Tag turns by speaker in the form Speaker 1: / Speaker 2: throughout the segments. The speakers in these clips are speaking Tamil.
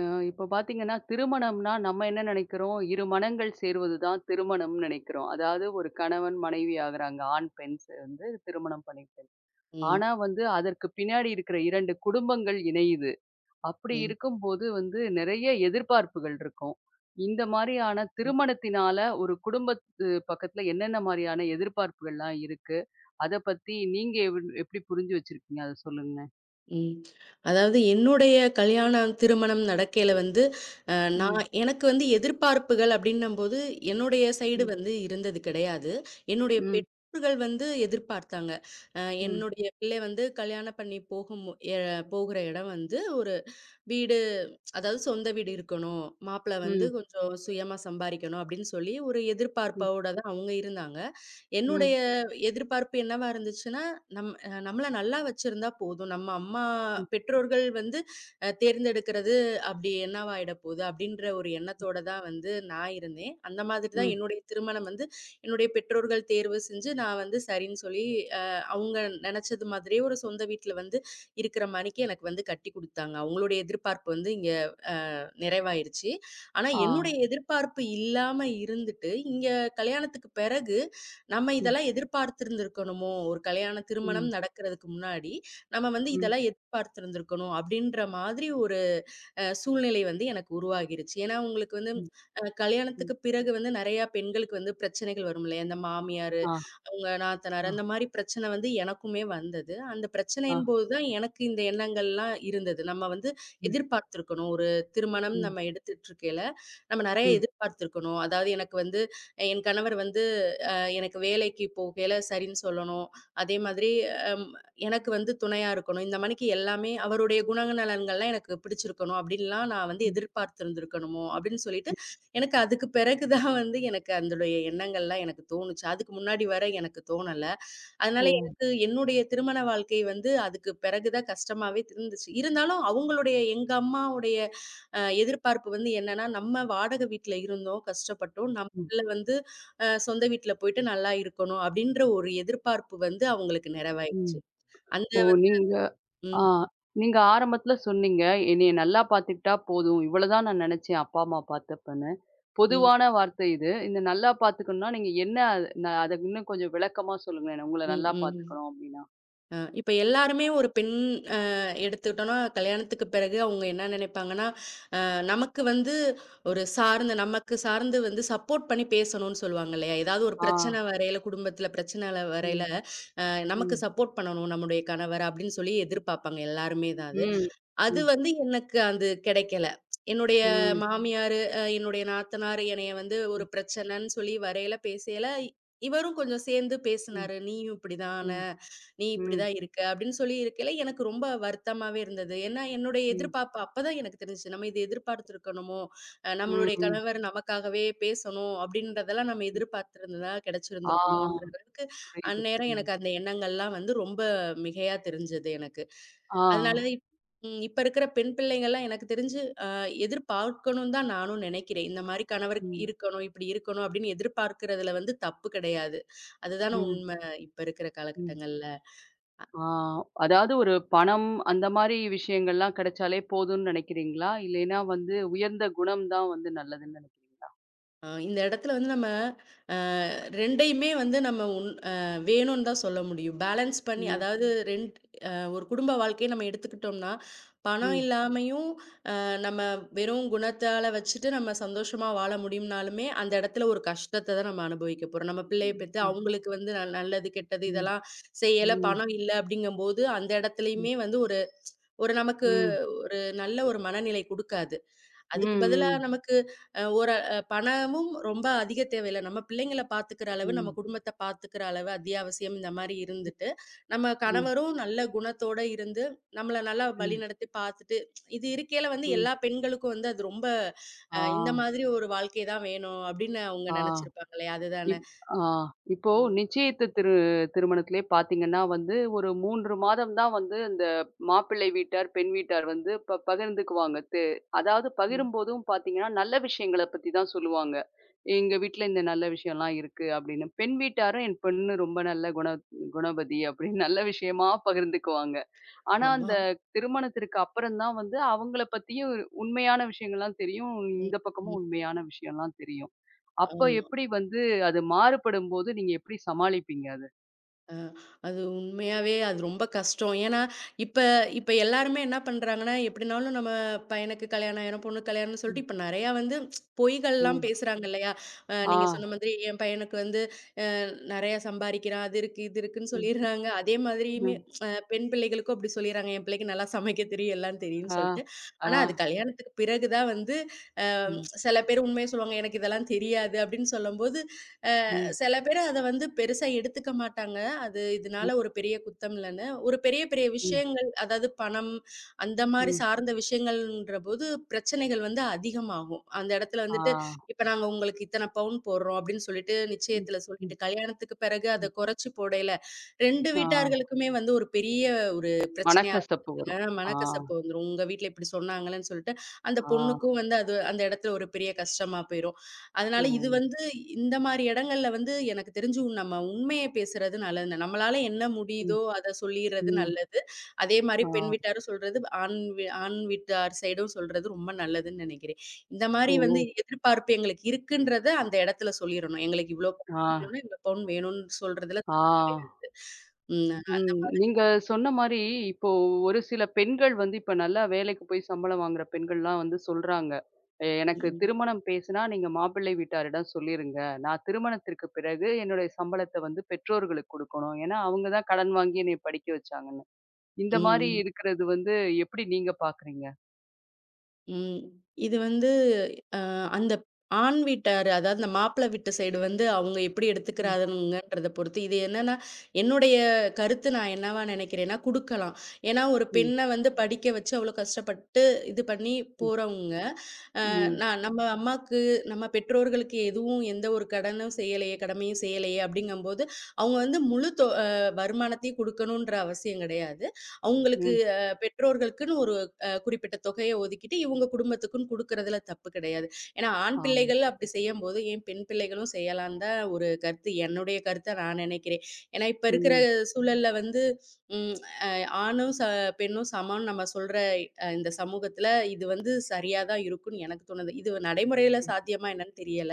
Speaker 1: இப்போ பார்த்தீங்கன்னா, திருமணம்னா நம்ம என்ன நினைக்கிறோம், இரு மனங்கள் சேருவது தான் திருமணம்னு நினைக்கிறோம். அதாவது ஒரு கணவன், மனைவி ஆகுறாங்க. ஆண், பெண் சேர்ந்து திருமணம் பண்ணிக்கிறது.
Speaker 2: ம்,
Speaker 1: ஆனா வந்து அதற்கு பின்னாடி இருக்கிற 2 குடும்பங்கள் இணையுது. அப்படி
Speaker 2: ம்,
Speaker 1: இருக்கும்போது வந்து நிறைய எதிர்பார்ப்புகள் இருக்கும். இந்த மாரியான
Speaker 2: ம்,
Speaker 1: திருமணத்தினால ஒரு குடும்பத்து பக்கத்துல என்னென்ன மாரியான எதிர்பார்ப்புகள்லாம் இருக்கு? அத பத்தி நீங்க எப்படி புரிஞ்சு வச்சிருக்கீங்க? அத சொல்லுங்களேன்.
Speaker 2: ம். அதாவது என்னுடைய கல்யாணம், திருமணம் நடக்கையில வந்து, அ நான்
Speaker 1: ம்,
Speaker 2: எனக்கு வந்து எதிர்பார்ப்புகள் அப்படின்னம்போது, என்னுடைய சைடு
Speaker 1: ம்,
Speaker 2: வந்து இருந்தது கிடையாது. என்னுடைய
Speaker 1: ம்,
Speaker 2: பெற்றோர்கள் வந்து எதிர்பார்த்தாங்க. அ
Speaker 1: ம்,
Speaker 2: என்னுடைய பிள்ளை வந்து கல்யாணம் பண்ணி போகும் எ போகிற இடம் வந்து ஒரு வீடு, அதாவது சொந்த வீடு இருக்கணும். மாப்பிள்ளை வந்து
Speaker 1: ம்,
Speaker 2: கொஞ்சம் சுயமா சம்பாரிக்கணும் அப்படின்னு சொல்லி, ஒரு
Speaker 1: ம்,
Speaker 2: எதிர்பார்ப்போட தான் அவங்க இருந்தாங்க.
Speaker 1: ம்,
Speaker 2: என்னுடைய எதிர்பார்ப்பு என்னவா இருந்துச்சுன்னா, நம்மள நல்லா வச்சிருந்தா போதும். நம்ம அம்மா
Speaker 1: ம்,
Speaker 2: பெற்றோர்கள் வந்து தேர்ந்தெடுக்கிறது அப்படி என்னவாயிட போகுது? அப்படின்ற ஒரு எண்ணத்தோட தான் வந்து நான் இருந்தேன். அந்த மாதிரி தான்
Speaker 1: ம்.
Speaker 2: என்னுடைய திருமணம் வந்து என்னுடைய பெற்றோர்கள் தேர்வு செஞ்சு, நான் வந்து சரின்னு சொல்லி அ அவங்க நெனச்சது மாதிரியே ஒரு சொந்த வீட்ல வந்து இருக்கிற மாணிக்கு எனக்கு வந்து கட்டி குடுத்தாங்க. அவங்களுடைய எதிர்பார்ப்பு வந்து இங்க நிறைவாயிருச்சு. ஆனா
Speaker 1: ஆ.
Speaker 2: என்னுடைய எதிர்பார்ப்பு இல்லாம இருந்துட்டு, இங்க கல்யாணத்துக்கு பிறகு, நம்ம
Speaker 1: ம்,
Speaker 2: இதெல்லாம் எதிர்பார்த்திருந்திருக்கணுமோ! ஒரு கல்யாண திருமணம்
Speaker 1: ம்,
Speaker 2: நடக்கிறதுக்கு முன்னாடி, நம்ம வந்து
Speaker 1: ம்,
Speaker 2: இதெல்லாம் எதிர்பார்த்திருந்திருக்கணும் அப்பிடின்ற மாதிரி ஒரு சூழ்நிலை வந்து எனக்கு உருவாகிருச்சு. ஏன்னா, உங்களுக்கு வந்து
Speaker 1: ம், ம்.
Speaker 2: கல்யாணத்துக்கு பிறகு வந்து நெறையா பெண்களுக்கு வந்து பிரச்சனைகள் வரும் இல்லயா! இந்த மாமியார்,
Speaker 1: ஆ,
Speaker 2: அவங்க நாத்தனார்
Speaker 1: ஆ,
Speaker 2: அந்த மாரி பிரச்சனை வந்து எனக்குமே வந்தது. அந்த
Speaker 1: ஆ.
Speaker 2: பிரச்சனையின் போது தான் எனக்கு இந்த எண்ணங்கள்லாம் இருந்தது. நம்ம வந்து
Speaker 1: ம்,
Speaker 2: எதிர்பார்த்திருக்கணும். ஒரு திருமணம்
Speaker 1: ம்,
Speaker 2: நம்ம எடுத்துட்டு இருக்கையில, நம்ம நெறைய
Speaker 1: ம்,
Speaker 2: எதிர்பார்த்திருக்கணும். அதாவது எனக்கு வந்து என் கணவர் வந்து எனக்கு வேலைக்கு போகையில சரின்னு சொல்லணும். அதே மாதிரி அம் எனக்கு வந்து துணையா இருக்கணும். இந்த மாணிக்கு எல்லாமே அவருடைய குணநலன்கள்லாம் எனக்கு பிடிச்சிருக்கணும் அப்டின்லாம் நான் வந்து
Speaker 1: ம்.
Speaker 2: எதிர்பார்த்திருந்திருக்கணுமோ! அப்டின்னு சொல்லிட்டு எனக்கு அதுக்கு பிறகு தான் வந்து எனக்கு அதனுடைய எண்ணங்கள்லாம் எனக்கு தோணுச்சு. அதுக்கு முன்னாடி வர எனக்கு தோணல.
Speaker 1: ஓ!
Speaker 2: அதனால எனக்கு என்னுடைய திருமண வாழ்க்கை வந்து அதுக்கு பிறகு தான் கஷ்டமாவே இருந்துச்சு. இருந்தாலும் அவங்களுடைய எங்க அம்மாவுடைய எதிர்பார்ப்பு வந்து என்னன்னா, நம்ம வாடகை வீட்ல இருந்தோம், கஷ்டப்பட்டோம். நம்ம
Speaker 1: ம்,
Speaker 2: பிள்ள வந்து சொந்த வீட்ல போயிட்டு நல்லா இருக்கணும் அப்டின்ற ஒரு எதிர்பார்ப்பு வந்து அவங்களுக்கு
Speaker 1: ம்.
Speaker 2: நிறைவாயிருச்சு. அந்த
Speaker 1: ஓ!
Speaker 2: ம்,
Speaker 1: ஆ நீங்க ஆரம்பத்துல சொன்னீங்க, "என்னைய நல்லா பார்த்துக்கிட்டா போதும். இவ்வளதான் நான் நெனச்சேன் அப்பா, அம்மா பார்த்தப்பன்னு."
Speaker 2: ம்,
Speaker 1: பொதுவான வார்த்தை இது. இந்த நல்லா பார்த்துக்கணும்னா, நீங்க என்ன அது அத இன்னும் கொஞ்சம் விளக்கமா சொல்லுங்களேன். உங்கள
Speaker 2: ம்,
Speaker 1: நல்லா
Speaker 2: ம்.
Speaker 1: பார்த்துக்கணும் அப்டின்னா?
Speaker 2: இப்ப எல்லாருமே ஒரு பெண் அ எடுத்துக்கிட்டோம்னா, கல்யாணத்துக்கு பிறகு அவங்க என்ன நினைப்பாங்கன்னா, நமக்கு வந்து ஒரு சார்ந்த நமக்கு சார்ந்து வந்து சப்போர்ட் பண்ணி பேசணும்னு சொல்லுவாங்க இல்லையா? ஏதாவது ஒரு
Speaker 1: ஆ.
Speaker 2: பிரச்சனை வரையில, குடும்பத்தில பிரச்சனை வரையில,
Speaker 1: ம்,
Speaker 2: அ நமக்கு
Speaker 1: ம்,
Speaker 2: சப்போர்ட் பண்ணணும் நம்முடைய கணவர் அப்படின்னு சொல்லி எதிர்பார்ப்பாங்க எல்லாருமே தான் அது.
Speaker 1: ம்,
Speaker 2: அது
Speaker 1: ம்,
Speaker 2: வந்து எனக்கு அது கிடைக்கல. என்னுடைய
Speaker 1: ம்,
Speaker 2: மாமியாரு, என்னுடைய நாத்தனார் என்னைய வந்து ஒரு
Speaker 1: ம்,
Speaker 2: பிரச்சனைன்னு சொல்லி வரையில, பேசையில இவரும் கொஞ்சம் சேர்ந்து
Speaker 1: ம்,
Speaker 2: பேசினாரு. "நீயும் இப்படிதான,
Speaker 1: ம்,
Speaker 2: நீ
Speaker 1: ம்,
Speaker 2: இப்படிதான் இருக்க" அப்படின்னு சொல்லி இருக்கையில எனக்கு ரொம்ப வருத்தமாவே இருந்தது. ஏன்னா என்னுடைய
Speaker 1: ம்,
Speaker 2: எதிர்பார்ப்பு அப்பதான் எனக்கு தெரிஞ்சுச்சு. நம்ம இது எதிர்பார்த்திருக்கணுமோ, நம்மளுடைய
Speaker 1: ம்,
Speaker 2: கணவர் நமக்காகவே பேசணும் அப்படின்றதெல்லாம் நம்ம
Speaker 1: ம்.
Speaker 2: எதிர்பார்த்திருந்ததா
Speaker 1: ஆ.
Speaker 2: கிடைச்சிருந்திருக்குமோன்ற அளவுக்கு
Speaker 1: புரியுது,
Speaker 2: அந்நேரம்
Speaker 1: புரியுது.
Speaker 2: எனக்கு அந்த எண்ணங்கள்லாம் வந்து ரொம்ப மிகையா தெரிஞ்சது எனக்கு.
Speaker 1: ஆ.
Speaker 2: அதனால ம். இப்ப இருக்கிற பெண் பிள்ளைங்கலாம் எனக்கு தெரிஞ்சு, எதிர்பார்க்கணும்னு தான் நானும் நினைக்கிறேன். இந்த மாரி கணவர்
Speaker 1: ம்.
Speaker 2: இருக்கணும், இப்படி இருக்கணும் அப்படின்னு எதிர்பார்க்கிறதுல வந்து தப்பு கிடையாது. அதுதானே
Speaker 1: ம்.
Speaker 2: உண்மை இப்ப இருக்கிற
Speaker 1: ம்.
Speaker 2: காலகட்டங்கள்ல.
Speaker 1: ஆ. அதாவது ஒரு பணம் அந்த மாரி விஷயங்கள்லாம் கிடைச்சாலே போதும்னு நினைக்கிறீங்களா? இல்லைன்னா வந்து உயர்ந்த குணம் தான் வந்து நல்லதுன்னு நினைக்கிறீங்களா?
Speaker 2: இந்த இடத்துல வந்து நம்ம அ 2யுமே வந்து நம்ம உன் அ வேணும்னு தான் சொல்ல முடியும். பேலன்ஸ் பண்ணி
Speaker 1: ம்.
Speaker 2: அதாவது ரெண்ட் அ ஒரு குடும்ப வாழ்க்கைய நம்ம எடுத்துக்கிட்டோம்னா, பணம்
Speaker 1: ம்.
Speaker 2: இல்லாமயும் நம்ம வெறும் குணத்தால வச்சுட்டு நம்ம சந்தோஷமா வாழ முடியும்னாலுமே, அந்த இடத்துல ஒரு கஷ்டத்த தான் நம்ம அனுபவிக்க போறோம். நம்ம பிள்ளைய பெத்து
Speaker 1: ம்.
Speaker 2: அவங்களுக்கு வந்து நல்லது, கெட்டது
Speaker 1: ம்.
Speaker 2: இதெல்லாம் செய்யல,
Speaker 1: ம்.
Speaker 2: பணம் இல்ல அப்படிங்கும்போது, அந்த
Speaker 1: ம்.
Speaker 2: இடத்துலயுமே வந்து ஒரு ஒரு நமக்கு
Speaker 1: ம்.
Speaker 2: ஒரு நல்ல ஒரு மனநிலை குடுக்காது.
Speaker 1: ம்.
Speaker 2: அதுக்கு பதிலா
Speaker 1: ம்.
Speaker 2: நமக்கு ஒரு பணமும் ரொம்ப அதிக தேவையில்ல. நம்ம பிள்ளைங்கள பார்த்துக்கிற அளவு, நம்ம
Speaker 1: ம்.
Speaker 2: குடும்பத்த பார்த்துக்கிற அளவு அத்தியாவசியம் இந்த மாரி இருந்துட்டு, நம்ம
Speaker 1: ம்.
Speaker 2: கணவரும் நல்ல குணத்தோட இருந்து, நம்மள நல்லா
Speaker 1: ம்.
Speaker 2: வழிநடத்தி பார்த்துட்டு, இது இருக்கையில வந்து
Speaker 1: ம்.
Speaker 2: எல்லா பெண்களுக்கும் வந்து அது ரொம்ப
Speaker 1: ஆ.
Speaker 2: இந்த மாதிரி ஒரு வாழ்க்கை தான் வேணும் அப்படின்னு அவங்க
Speaker 1: ஆ.
Speaker 2: நெனைச்சிருப்பாங்களே! அதுதானே!
Speaker 1: இப் ஆ இப்போ
Speaker 2: ம்,
Speaker 1: நிச்சயித்த திருமணத்திலே பார்த்தீங்கன்னா
Speaker 2: ம்,
Speaker 1: வந்து, ஒரு 3 மாதம் தான் வந்து இந்த மாப்பிள்ளை வீட்டார், பெண் வீட்டார் வந்து பகிர்ந்துக்குவாங்க. அதாவது
Speaker 2: ம்.
Speaker 1: பகிரும்போதும் பார்த்தீங்கன்னா, நல்ல விஷயங்கள பத்தி தான் சொல்லுவாங்க. "எங்க வீட்ல இந்த நல்ல விஷயம்லாம் இருக்கு" அப்படின்னு. பெண் வீட்டாரும், "என் பொண்ணு ரொம்ப நல்ல குணவதி" அப்படின்னு நல்ல விஷயமா பகிர்ந்துக்குவாங்க. ஆனா,
Speaker 2: ஆமா.
Speaker 1: அந்த திருமணத்திற்கு அப்புறம் தான் வந்து அவங்கள பத்தியும் உண்மையான விஷயங்கள்லாம் தெரியும்.
Speaker 2: ம்,
Speaker 1: இந்த
Speaker 2: ம்.
Speaker 1: பக்கமும் உண்மையான விஷயம்லாம் தெரியும். அப்ப
Speaker 2: ஆமா.
Speaker 1: எப்படி வந்து அது மாறுபடும்போது நீங்க எப்படி சமாளிப்பீங்க அத?
Speaker 2: அ அது உண்மையாவே அது ரொம்ப கஷ்டம். ஏன்னா, இப்ப இப்ப எல்லாருமே என்ன பண்றாங்கன்னா, எப்படினாலும் நம்ம பையனுக்கு கல்யாணம் ஆயிரும், பொண்ணுக்கு கல்யாணம்னு சொல்லிட்டு
Speaker 1: ம்,
Speaker 2: இப்ப நெறையா வந்து பொய்கள்லாம்
Speaker 1: ம்.
Speaker 2: பேசுறாங்க இல்லையா?
Speaker 1: ஆ.
Speaker 2: நீங்க சொன்ன மாதிரி என் பையனுக்கு வந்து நெறையா சம்பாரிக்கிறான். அது இருக்கு, இது இருக்குன்னு
Speaker 1: ம்,
Speaker 2: சொல்லிர்றாங்க. அதே மாதிரியுமே
Speaker 1: ம்.
Speaker 2: பெண் பிள்ளைகளுக்கும் அப்படி சொல்லிர்றாங்க. என் பிள்ளைக்கு நல்லா சமைக்க தெரியும், எல்லாம் தெரியும்னு
Speaker 1: ஆ,
Speaker 2: சொல்லிட்டு.
Speaker 1: ஆ.
Speaker 2: ஆனா, அது கல்யாணத்துக்கு பிறகு தான் வந்து
Speaker 1: ம்,
Speaker 2: சில பேர் உண்மைய சொல்லுவாங்க. எனக்கு இதெல்லாம் தெரியாது அப்படின்னு சொல்லும்போது
Speaker 1: ம்,
Speaker 2: சில பேர் அத வந்து பெருசா எடுத்துக்க மாட்டாங்க. அது
Speaker 1: ம்,
Speaker 2: இதனால ஒரு பெரிய குத்தம் இல்லன்னு. ஒரு பெரிய பெரிய
Speaker 1: ம்,
Speaker 2: விஷயங்கள் அதாவது பணம் அந்த மாரி
Speaker 1: ம்.
Speaker 2: சார்ந்த விஷயங்கள்ன்றபோது பிரச்சனைகள் வந்து அதிகமாகும். அந்த இடத்துல
Speaker 1: ஆ.
Speaker 2: வந்துட்டு, இப்ப நாங்க உங்களுக்கு இத்தன பவுன் போடுறோம் அப்படின்னு சொல்லிட்டு
Speaker 1: ம்,
Speaker 2: நிச்சயத்துல சொல்லிட்டு,
Speaker 1: ம்,
Speaker 2: கல்யாணத்துக்கு பிறகு அத
Speaker 1: ம்.
Speaker 2: குறைச்சு போடையில 2
Speaker 1: ஆ.
Speaker 2: வீட்டார்களுக்குமே வந்து ஒரு பெரிய ஒரு பிரச்சனையா
Speaker 1: மனக்கசப்பு
Speaker 2: ஆ
Speaker 1: வரும். ஆ,
Speaker 2: மனக்கசப்பு வந்துரும். உங்க வீட்ல இப்படி சொன்னாங்களேன்னு சொல்லிட்டு, அந்த
Speaker 1: ஆ.
Speaker 2: பொண்ணுக்கும் வந்து அது அந்த இடத்துல ஒரு பெரிய கஷ்டமா போயிரும். அதனால
Speaker 1: ஓ!
Speaker 2: இது வந்து இந்த மாரி இடங்கள்ல வந்து எனக்கு தெரிஞ்சு நம்ம உண்மைய பேசுறது நல்லதுங்க. நம்மளால என்ன
Speaker 1: ம்,
Speaker 2: முடியுதோ அத சொல்லிர்றது
Speaker 1: ம்.
Speaker 2: நல்லது. அதே மாரி
Speaker 1: ஆ.
Speaker 2: பெண் வீட்டாரும் சொல்றது, ஆண் வீட்டார் சைடும் சொல்றது ரொம்ப நல்லதுன்னு நெனைக்கிறேன். இந்த மாரி
Speaker 1: ஓ!
Speaker 2: வந்து எதிர்பார்ப்பு எங்களுக்கு இருக்குன்றத அந்த இடத்துல சொல்லிரணும். எங்களுக்கு இவ்ளோ
Speaker 1: ஆ,
Speaker 2: பவுன் வேணும்னா, இவ்ளோ பவுன் வேணும்னு சொல்றதுல
Speaker 1: ஆ.
Speaker 2: தப்பு கிடையாது. ம்.
Speaker 1: ம். நீங்க சொன்ன மாரி, இப்போ ஒரு சில பெண்கள் வந்து இப்ப நல்லா வேலைக்கு போய் சம்பளம் வாங்குற பெண்கள்லாம் வந்து சொல்றாங்க. எனக்கு
Speaker 2: ம்.
Speaker 1: திருமணம் பேசுனா நீங்க மாப்பிள்ளை வீட்டாரிடம் சொல்லிருங்க. நான் திருமணத்திற்கு பிறகு என்னுடைய சம்பளத்த வந்து பெற்றோர்களுக்கு குடுக்கணும். ஏன்னா, அவங்க தான் கடன் வாங்கி என்னைய படிக்க வச்சாங்கன்னு." இந்த மாரி
Speaker 2: ம்.
Speaker 1: இருக்கிறது வந்து எப்படி நீங்க பாக்குறீங்க?
Speaker 2: ம். இது வந்து அந்த ஆண் வீட்டாரு, அதாவது இந்த மாப்பிள வீட்டு சைடு வந்து அவங்க எப்படி
Speaker 1: ம்.
Speaker 2: எடுத்துக்கிறாங்கன்றத பொறுத்து. இது என்னன்னா, என்னுடைய கருத்து நான் என்னவா நினைக்கிறேன்னா, குடுக்கலாம். ஏன்னா, ஒரு
Speaker 1: ம்.
Speaker 2: பெண்ண வந்து படிக்க வச்சு அவ்வளோ கஷ்டப்பட்டு இது பண்ணி
Speaker 1: ம்.
Speaker 2: போறவங்க,
Speaker 1: ம்.
Speaker 2: நான் நம்ம அம்மாக்கு, நம்ம பெற்றோர்களுக்கு எதுவும் எந்த ஒரு கடனும் செய்யலையே, கடமையும் செய்யலையே அப்படிங்கம்போது, அவங்க வந்து முழு தொ அ வருமானத்தையும் குடுக்கணுன்ற அவசியம் கிடையாது. அவங்களுக்கு
Speaker 1: ம்.
Speaker 2: பெற்றோர்களுக்குன்னு ஒரு குறிப்பிட்ட தொகைய ஒதுக்கிட்டு, இவங்க குடும்பத்துக்குன்னு குடுக்குறதுல தப்பு கிடையாது. ஏன்னா, ஆண்
Speaker 1: ஆ.
Speaker 2: பிள்ளைகள் அப்படி செய்யம்போது, ஏன் பெண் பிள்ளைகளும் செய்யலான்னு தான் ஒரு கருத்து. என்னுடைய கருத்தா நான் நினைக்கிறேன். ஏன்னா, இப்ப இருக்கிற
Speaker 1: ம்.
Speaker 2: சூழல்ல வந்து, ம் அ ஆணும் ச பெண்ணும் சமம்னு நம்ம சொல்ற இந்த சமூகத்தில இது வந்து சரியா தான் இருக்கும்னு எனக்கு தோணுது. இது நடைமுறையில சாத்தியமா என்னன்னு தெரியல.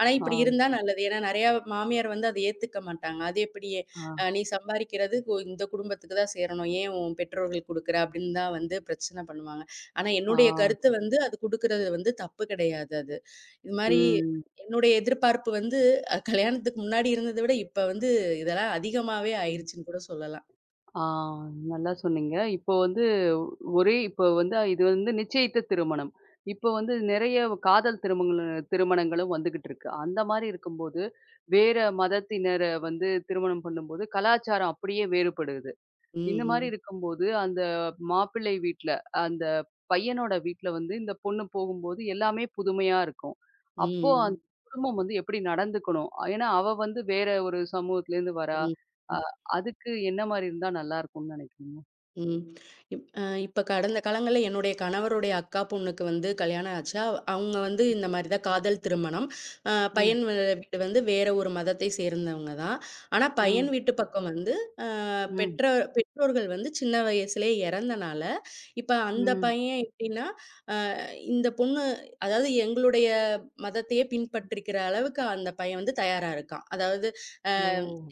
Speaker 2: ஆனா
Speaker 1: ஆ.
Speaker 2: இப்படி இருந்தா நல்லது. ஏன்னா நெறையா மாமியார் வந்து அத ஏத்துக்க மாட்டாங்க. அது எப்படி
Speaker 1: ஆ.
Speaker 2: நீ சம்பாரிக்கிறது இந்த குடும்பத்துக்கு தான் சேரணும். ஏன் உன் பெற்றோர்களுக்கு குடுக்குற அப்படின்னு தான் வந்து பிரச்சனை பண்ணுவாங்க. ஆனா
Speaker 1: ஆ.
Speaker 2: என்னுடைய கருத்து வந்து அது குடுக்குறது வந்து தப்பு கிடையாது அது. இது மாரி
Speaker 1: ம்.
Speaker 2: என்னுடைய எதிர்பார்ப்பு வந்து கல்யாணத்துக்கு முன்னாடி இருந்தத விட இப்ப வந்து இதெல்லாம் அதிகமாவே
Speaker 1: ம்.
Speaker 2: ஆயிருச்சுன்னு கூட சொல்லலாம்.
Speaker 1: ஆ. நல்லா சொன்னீங்க. இப்போ வந்து ஒரே இப்போ வந்து இது வந்து நிச்சயித்த திருமணம். இப்போ வந்து நெறைய காதல் திருமணங்களும் வந்துகிட்டு இருக்கு. அந்த மாரி இருக்கும்போது, வேற மதத்தினர வந்து திருமணம் பண்ணும்போது, கலாச்சாரம் அப்படியே வேறுபடுது.
Speaker 2: ம்,
Speaker 1: இந்த மாரி
Speaker 2: ம்.
Speaker 1: இருக்கும்போது, அந்த மாப்பிள்ளை வீட்ல, அந்த பையனோட வீட்ல வந்து இந்த பொண்ணு போகும்போது எல்லாமே புதுமையா இருக்கும். அப்போ அந்த
Speaker 2: ம்.
Speaker 1: குடும்பம் வந்து எப்படி நடந்துக்கணும்? ஏன்னா, அவ வந்து வேற ஒரு சமூகத்திலேருந்து வரா.
Speaker 2: ம்.
Speaker 1: அ
Speaker 2: ம்.
Speaker 1: அதுக்கு என்ன மாரி இருந்தா நல்லாருக்கும்னு நெனைக்கிறீங்க?
Speaker 2: ம். இப்ப கடந்த காலங்கள்ல என்னுடைய கணவருடைய அக்கா பொண்ணுக்கு வந்து கல்யாணம் ஆச்சு. அவங்க வந்து இந்த மாரி தான் காதல் திருமணம். அ
Speaker 1: ம்,
Speaker 2: பையன் வ வீடு வந்து வேற ஒரு மதத்தை சேர்ந்தவங்க தான். ஆனா பையன்
Speaker 1: ம்,
Speaker 2: வீட்டு பக்கம் வந்து அ
Speaker 1: ம்.
Speaker 2: பெற்ற பெற்றோர்கள் வந்து சின்ன வயசுலயே இறந்தனால, இப்ப அந்த
Speaker 1: ம்.
Speaker 2: பையன் எப்படின்னா, அ இந்த பொண்ணு அதாவது எங்களுடைய மதத்தையே பின்பற்றிக்கிற அளவுக்கு அந்த பையன் வந்து தயாரா இருக்கான். அதாவது அ
Speaker 1: ஓ!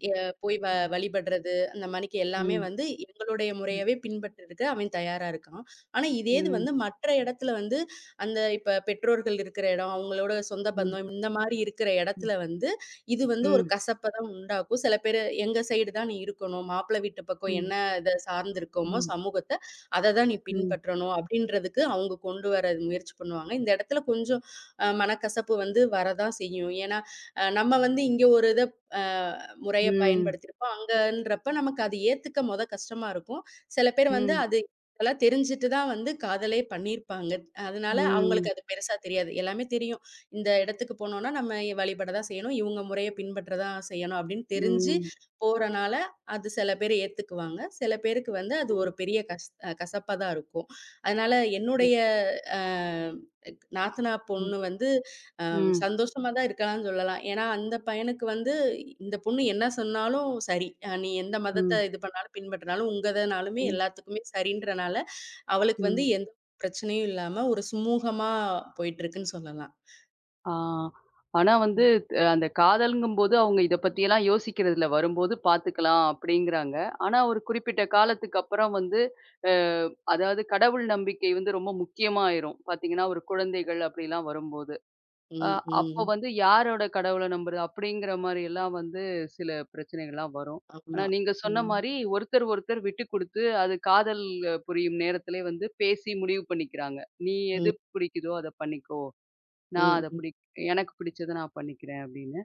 Speaker 2: எ போய் வ
Speaker 1: ம்.
Speaker 2: வழிபடுறது, அந்த மாணிக்கு எல்லாமே
Speaker 1: ம்.
Speaker 2: வந்து எங்களுடைய
Speaker 1: ம்.
Speaker 2: முறையவே பின்பற்றதுக்கு அவன் தயாரா இருக்கான். ஆனா, இதே இது
Speaker 1: ம்.
Speaker 2: வந்து மற்ற இடத்துல வந்து, அந்த இப்ப பெற்றோர்கள் இருக்கிற இடம், அவங்களோட சொந்த
Speaker 1: ம்.
Speaker 2: பந்தம் இந்த மாரி இருக்கிற
Speaker 1: ம்.
Speaker 2: இடத்துல வந்து, இது வந்து ஒரு
Speaker 1: ம்.
Speaker 2: கசப்ப தான் உண்டாக்கும். சில பேரு எங்க சைடு தான் நீ இருக்கணும். மாப்பிள வீட்டு பக்கம்
Speaker 1: ம்.
Speaker 2: என்ன இத சார்ந்திருக்கோமோ
Speaker 1: ம்.
Speaker 2: சமூகத்த, அத தான் நீ
Speaker 1: ம்.
Speaker 2: பின்பற்றணும் அப்படின்றதுக்கு அவங்க கொண்டு வர முயற்சி பண்ணுவாங்க. இந்த இடத்துல கொஞ்சம் மனக்கசப்பு வந்து வரதான் செய்யும். ஏன்னா, நம்ம வந்து இங்க ஒரு இத அ முறைய
Speaker 1: ம்.
Speaker 2: பயன்படுத்தியிருப்போம். அங்கன்றப்ப நமக்கு அது ஏத்துக்க மொத கஷ்டமா இருக்கும். சில பேர் வந்து
Speaker 1: ம்.
Speaker 2: அது இதெல்லாம் தெரிஞ்சுட்டு தான் வந்து காதலே பண்ணியிருப்பாங்க. அதனால அவங்களுக்கு
Speaker 1: ம்.
Speaker 2: அது பெருசா தெரியாது. எல்லாமே தெரியும். இந்த இடத்துக்கு போனோம்னா நம்ம வழிபட தான் செய்யணும். இவங்க முறைய பின்பற்ற தான் செய்யணும் அப்படின்னு தெரிஞ்சு
Speaker 1: ம்.
Speaker 2: போறனால அது சில பேர் ஏத்துக்குவாங்க. சில பேருக்கு வந்து அது ஒரு
Speaker 1: ம்.
Speaker 2: பெரிய கசப்பா தான் இருக்கும். அதனால என்னுடைய அ நாத்தனார் பொண்ணு வந்து அ
Speaker 1: ம்.
Speaker 2: சந்தோஷமா தான் இருக்கலாம்னு சொல்லலாம். ஏன்னா, அந்த பையனுக்கு வந்து இந்த பொண்ணு என்ன சொன்னாலும் சரி. நீ எந்த மதத்த
Speaker 1: ம்.
Speaker 2: இது பண்ணாலும் பின்பற்றினாலும் உங்கதனாலுமே எல்லாத்துக்குமே சரின்றனால, அவளுக்கு வந்து
Speaker 1: ம்.
Speaker 2: எந்த பிரச்சனையும் இல்லாம ஒரு சுமூகமா போயிட்டுருக்குன்னு சொல்லலாம்.
Speaker 1: ஆ. ஆனா வந்து அந்த காதல்ங்கும்போது அவங்க இத பத்தியெல்லாம் யோசிக்கிறதில்ல. வரும்போது பார்த்துக்கலாம் அப்படிங்கிறாங்க. ஆனா ஒரு குறிப்பிட்ட காலத்துக்கு அப்புறம் வந்து அ அதாவது கடவுள் நம்பிக்கை வந்து ரொம்ப முக்கியமா ஆயிரும். பார்த்தீங்கன்னா, ஒரு குழந்தைகள் அப்படிலாம் வரும்போது. அ
Speaker 2: ம்,
Speaker 1: அப்போ
Speaker 2: ம்.
Speaker 1: வந்து யாரோட கடவுள நம்புறது? அப்படிங்கிற மாரி எல்லாம் வந்து சில பிரச்சனைகள்லாம் வரும். ஆனா
Speaker 2: ஆமா.
Speaker 1: நீங்க சொன்ன
Speaker 2: ம்,
Speaker 1: மாரி ஒருத்தர் ஒருத்தர் விட்டு குடுத்து, அது காதல் புரியும் நேரத்திலே வந்து பேசி முடிவு பண்ணிக்கிறாங்க. "நீ
Speaker 2: ஆமா
Speaker 1: எது பிடிக்குதோ அத பண்ணிக்கோ.
Speaker 2: ம்,
Speaker 1: நான்
Speaker 2: ம்,
Speaker 1: அத
Speaker 2: ம்,
Speaker 1: பிடிக் எனக்கு பிடிச்சத நான் பண்ணிக்கிறேன்." அப்படின்னு.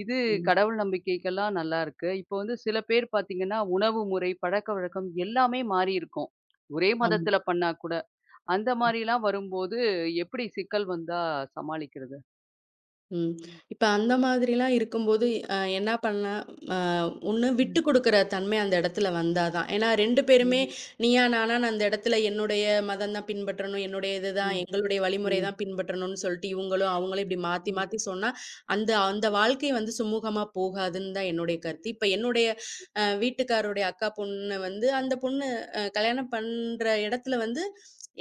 Speaker 1: இது
Speaker 2: ம்.
Speaker 1: கடவுள் நம்பிக்கைக்கெல்லாம் நல்லாருக்கு. இப்போ வந்து சில பேர் பார்த்தீங்கன்னா, உணவு முறை, பழக்கவழக்கம் எல்லாமே மாறியிருக்கும். ஒரே
Speaker 2: ஆமா.
Speaker 1: மதத்தில பண்ணா கூட. அந்த மாரிலாம் வரும்போது எப்படி சிக்கல் வந்தா சமாளிக்கிறது?
Speaker 2: ம். இப்ப அந்த மாதிரிலாம் இருக்கும்போது, என்ன பண்ணேன், அ ஒண்ணு விட்டு
Speaker 1: ம்.
Speaker 2: குடுக்குற தன்மை அந்த இடத்துல வந்தா தான். ஏன்னா 2 பேருமே
Speaker 1: ம்,
Speaker 2: நீயா, நானான்னு அந்த இடத்துல என்னுடைய மதம் தான் பின்பற்றணும், என்னுடைய இதுதான்,
Speaker 1: ம்,
Speaker 2: எங்களுடைய வழிமுறை
Speaker 1: ம்,
Speaker 2: தான் பின்பற்றணும்னு சொல்லிட்டு இவங்களும், அவங்களும் இப்படி மாத்தி
Speaker 1: ம்.
Speaker 2: மாத்தி சொன்னா, அந்த அந்த வாழ்க்கை வந்து சுமூகமா போகாதுன்னு தான் என்னுடைய கருத்து. இப்ப என்னுடைய வீட்டுக்காரருடைய அக்கா பொண்ணு வந்து, அந்த பொண்ணு கல்யாணம் பண்ற இடத்துல வந்து,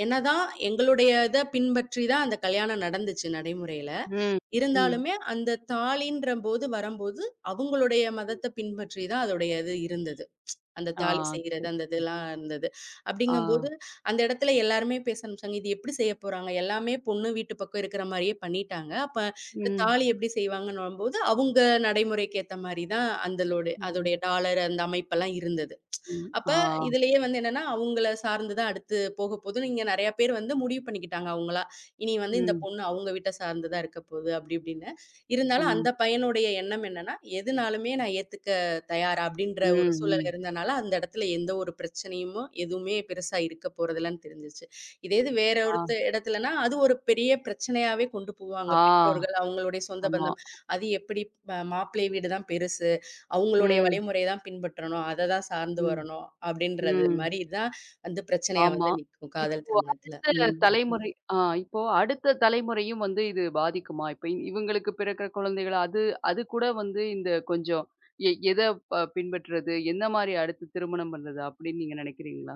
Speaker 2: என்னதான் எங்களுடைய இத பின்பற்றி தான் அந்த கல்யாணம் நடந்துச்சு நடைமுறையில.
Speaker 1: ம், ம்.
Speaker 2: இருந்தாலுமே அந்த தாலின்ற போது வரம்போது, அவங்களுடைய மதத்த பின்பற்றி தான் அதோடைய இது இருந்தது. அந்த
Speaker 1: ஆ,
Speaker 2: தாலி செய்றது,
Speaker 1: சரி.
Speaker 2: அந்த இதெல்லாம் இருந்தது.
Speaker 1: ஆ,
Speaker 2: அப்படிங்கம்போது, அந்த இடத்துல எல்லாருமே பேச ஆரம்பிச்சாங்க. இது எப்படி செய்ய போறாங்க? எல்லாமே பொண்ணு வீட்டு பக்கம் இருக்கிற மாரியே பண்ணிட்டாங்க. அப்ப இந்த
Speaker 1: ம்,
Speaker 2: தாலி எப்படி செய்வாங்கன்னும்போது, அவங்க நடைமுறைக்கு ஏத்த மாரி தான் அந்தலோட
Speaker 1: ம்,
Speaker 2: அதோடைய டாலர் அந்த அமைப்பெல்லாம் இருந்தது.
Speaker 1: ம்.
Speaker 2: அப்ப
Speaker 1: ஆ,
Speaker 2: இதுலயே வந்து என்னன்னா, அவங்கள சார்ந்து தான் அடுத்து போக போது. இங்க நெறைய பேர் வந்து முடிவு பண்ணிக்கிட்டாங்க அவங்களா. இனி வந்து இந்த
Speaker 1: ம்,
Speaker 2: பொண்ணு அவங்க வீட்ட சார்ந்து தான் இருக்க போகுது அப்படி இப்படின்னு. இருந்தாலும் அந்த
Speaker 1: ம்,
Speaker 2: பையனுடைய எண்ணம் என்னன்னா, எதுனாலுமே நான் ஏத்துக்க தயாரா அப்படின்ற
Speaker 1: ம்,
Speaker 2: ஒரு சூழல்
Speaker 1: ம்.
Speaker 2: இருந்தனால, அந்த இடத்துல எந்த ஒரு பிரச்சனையுமோ எதுவுமே பெருசா இருக்க போறதில்லன்னு தெரிஞ்சுச்சு. இதே இது வேற
Speaker 1: ஆ,
Speaker 2: ஒருத்த இடத்துலனா, அது ஒரு பெரிய பிரச்சனையாவே கொண்டு போவாங்க
Speaker 1: ஆ,
Speaker 2: பெற்றோர்கள், அவங்களுடைய சொந்த
Speaker 1: ஆமா.
Speaker 2: பந்தம். அது எப்படி மாப்பிள்ளை வீடு தான் பெருசு. அவங்களுடைய
Speaker 1: ம்,
Speaker 2: வழிமுறைய தான் பின்பற்றணும். அத தான் சார்ந்து
Speaker 1: ம்,
Speaker 2: வரணும். அப்படின்றது
Speaker 1: ம்.
Speaker 2: மாரி தான் வந்து பிரச்சனையா
Speaker 1: ஆமா.
Speaker 2: வந்து நிக்கும் காதல்
Speaker 1: இப்போ
Speaker 2: திருமணத்துல.
Speaker 1: அடுத்த
Speaker 2: ம்.
Speaker 1: தலைமுறை ஆ இப்போ அடுத்த தலைமுறையும் வந்து இது பாதிக்குமா? இப்ப இவங்களுக்கு பிறக்கிற குழந்தைகள் அது அது கூட வந்து இந்த கொஞ்சம் எ எத ப பின்பற்றுறது? எந்த மாரி அடுத்து திருமணம் பண்றது? அப்படின்னு நீங்க நினைக்கிறீங்களா?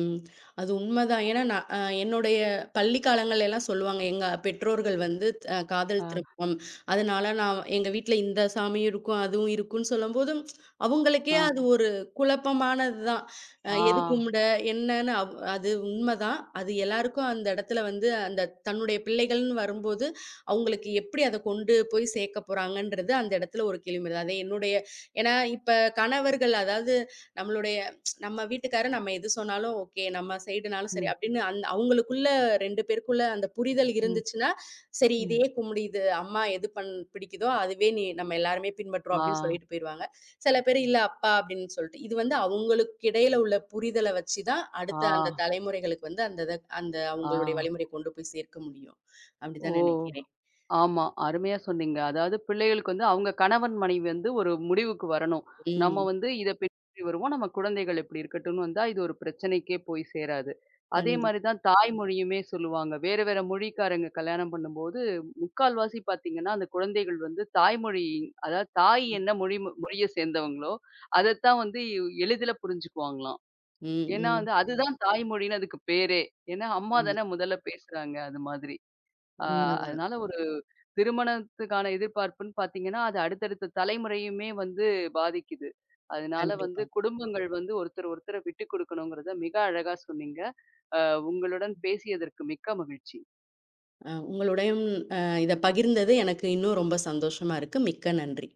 Speaker 2: ம். அது உண்மதான். ஏன்னா, நான் என்னுடைய பள்ளி காலங்கள்ல எல்லாம் சொல்லுவாங்க. எங்க பெற்றோர்கள் வந்து காதல்
Speaker 1: ஆ,
Speaker 2: திருமணம். அதனால நான் எங்க வீட்ல இந்த சாமியும் இருக்கும், அதுவும் இருக்குன்னு சொல்லும்போது, அவங்களுக்கே
Speaker 1: ஆ,
Speaker 2: அது ஒரு குழப்பமானது தான்.
Speaker 1: ஆ.
Speaker 2: எது கும்பிட? என்னன்னு அது உண்மதான். அது எல்லாருக்கும் அந்த இடத்துல வந்து அந்த தன்னுடைய பிள்ளைகள்ன்னு வரும்போது, அவங்களுக்கு எப்படி அத கொண்டு போய் சேர்க்க போறாங்கன்றது அந்த இடத்துல ஒரு கேள்வி வருது. அது என்னுடைய ஏன்னா இப்ப கணவர்கள் அதாவது நம்மளுடைய நம்ம வீட்டுக்காரர் நம்ம எது சொன்னாலும் ஓகே. நம்ம சைடுனாலும் சரி
Speaker 1: ம்,
Speaker 2: அப்படின்னு அவங்களுக்குள்ள 2 பேருக்குள்ள அந்த புரிதல்
Speaker 1: ம்,
Speaker 2: இருந்துச்சுன்னா, சரி
Speaker 1: ம்.
Speaker 2: இதையே கும்பிடு. இது அம்மா எது பண் பிடிக்குதோ அதுவே நீ நம்ம எல்லாருமே பின்பற்றுவோம்
Speaker 1: ஆ,
Speaker 2: அப்படின்னு சொல்லிட்டு போயிருவாங்க. சில பேர் இல்ல அப்பா அப்படின்னு சொல்லிட்டு. இது வந்து அவங்களுக்கு இடையில உள்ள புரிதல வச்சு தான் அடுத்த அந்த
Speaker 1: ஆ,
Speaker 2: தலைமுறைகளுக்கு வந்து அந்த இத அந்த
Speaker 1: ஆ.
Speaker 2: அவங்களுடைய வழிமுறைய கொண்டு போய் சேர்க்க முடியும்.
Speaker 1: ஓ!
Speaker 2: அப்படிதான் நினைக்கிறேன்.
Speaker 1: ஆமா. அருமையா சொன்னீங்க. அதாவது பிள்ளைகளுக்கு வந்து அவங்க கணவன், மனைவி வந்து ஒரு முடிவுக்கு வரணும். நம்ம
Speaker 2: ம்.
Speaker 1: வந்து இத பின்பற்றி வருவோம். நம்ம குழந்தைகள் இப்படி இருக்கட்டும்னு வந்தா, இது ஒரு பிரச்சனைக்கே போய் சேராது. அதே
Speaker 2: கண்டிப்பா.
Speaker 1: மாரி தான் தாய்மொழியுமே சொல்லுவாங்க. வேற வேற மொழிக்காரங்க கல்யாணம் பண்ணும்போது, முக்கால்வாசி பார்த்தீங்கன்னா, அந்த குழந்தைகள் வந்து தாய்மொழி அதாவது தாய் என்ன மொழி மொழிய சேர்ந்தவங்களோ, அதத்தான் வந்து எளிதில புரிஞ்சுக்குவாங்களாம்.
Speaker 2: ம்,
Speaker 1: ஏன்னா
Speaker 2: ம்.
Speaker 1: வந்து அதுதான் தாய்மொழின்னு அதுக்கு பேரே. ஏன்னா அம்மா
Speaker 2: ஆமா.
Speaker 1: தானே முதல்ல பேசுறாங்க அது மாதிரி. ஆ.
Speaker 2: உண்மதான்.
Speaker 1: அதனால ஒரு திருமணத்துக்கான எதிர்பார்ப்புன்னு பார்த்தீங்கன்னா, அது அடுத்தடுத்த தலைமுறையுமே வந்து பாதிக்குது. அதனால வந்து
Speaker 2: கண்டிப்பா.
Speaker 1: குடும்பங்கள் வந்து ஒருத்தர் ஒருத்தர விட்டுக் குடுக்கணுங்கிறத மிக அழகா சொன்னீங்க. அ உங்களுடன் பேசியதற்கு மிக்க மகிழ்ச்சி.
Speaker 2: உங்களுடையும் அ இத பகிர்ந்தது எனக்கு இன்னும் ரொம்ப சந்தோஷமா இருக்கு. மிக்க நன்றி.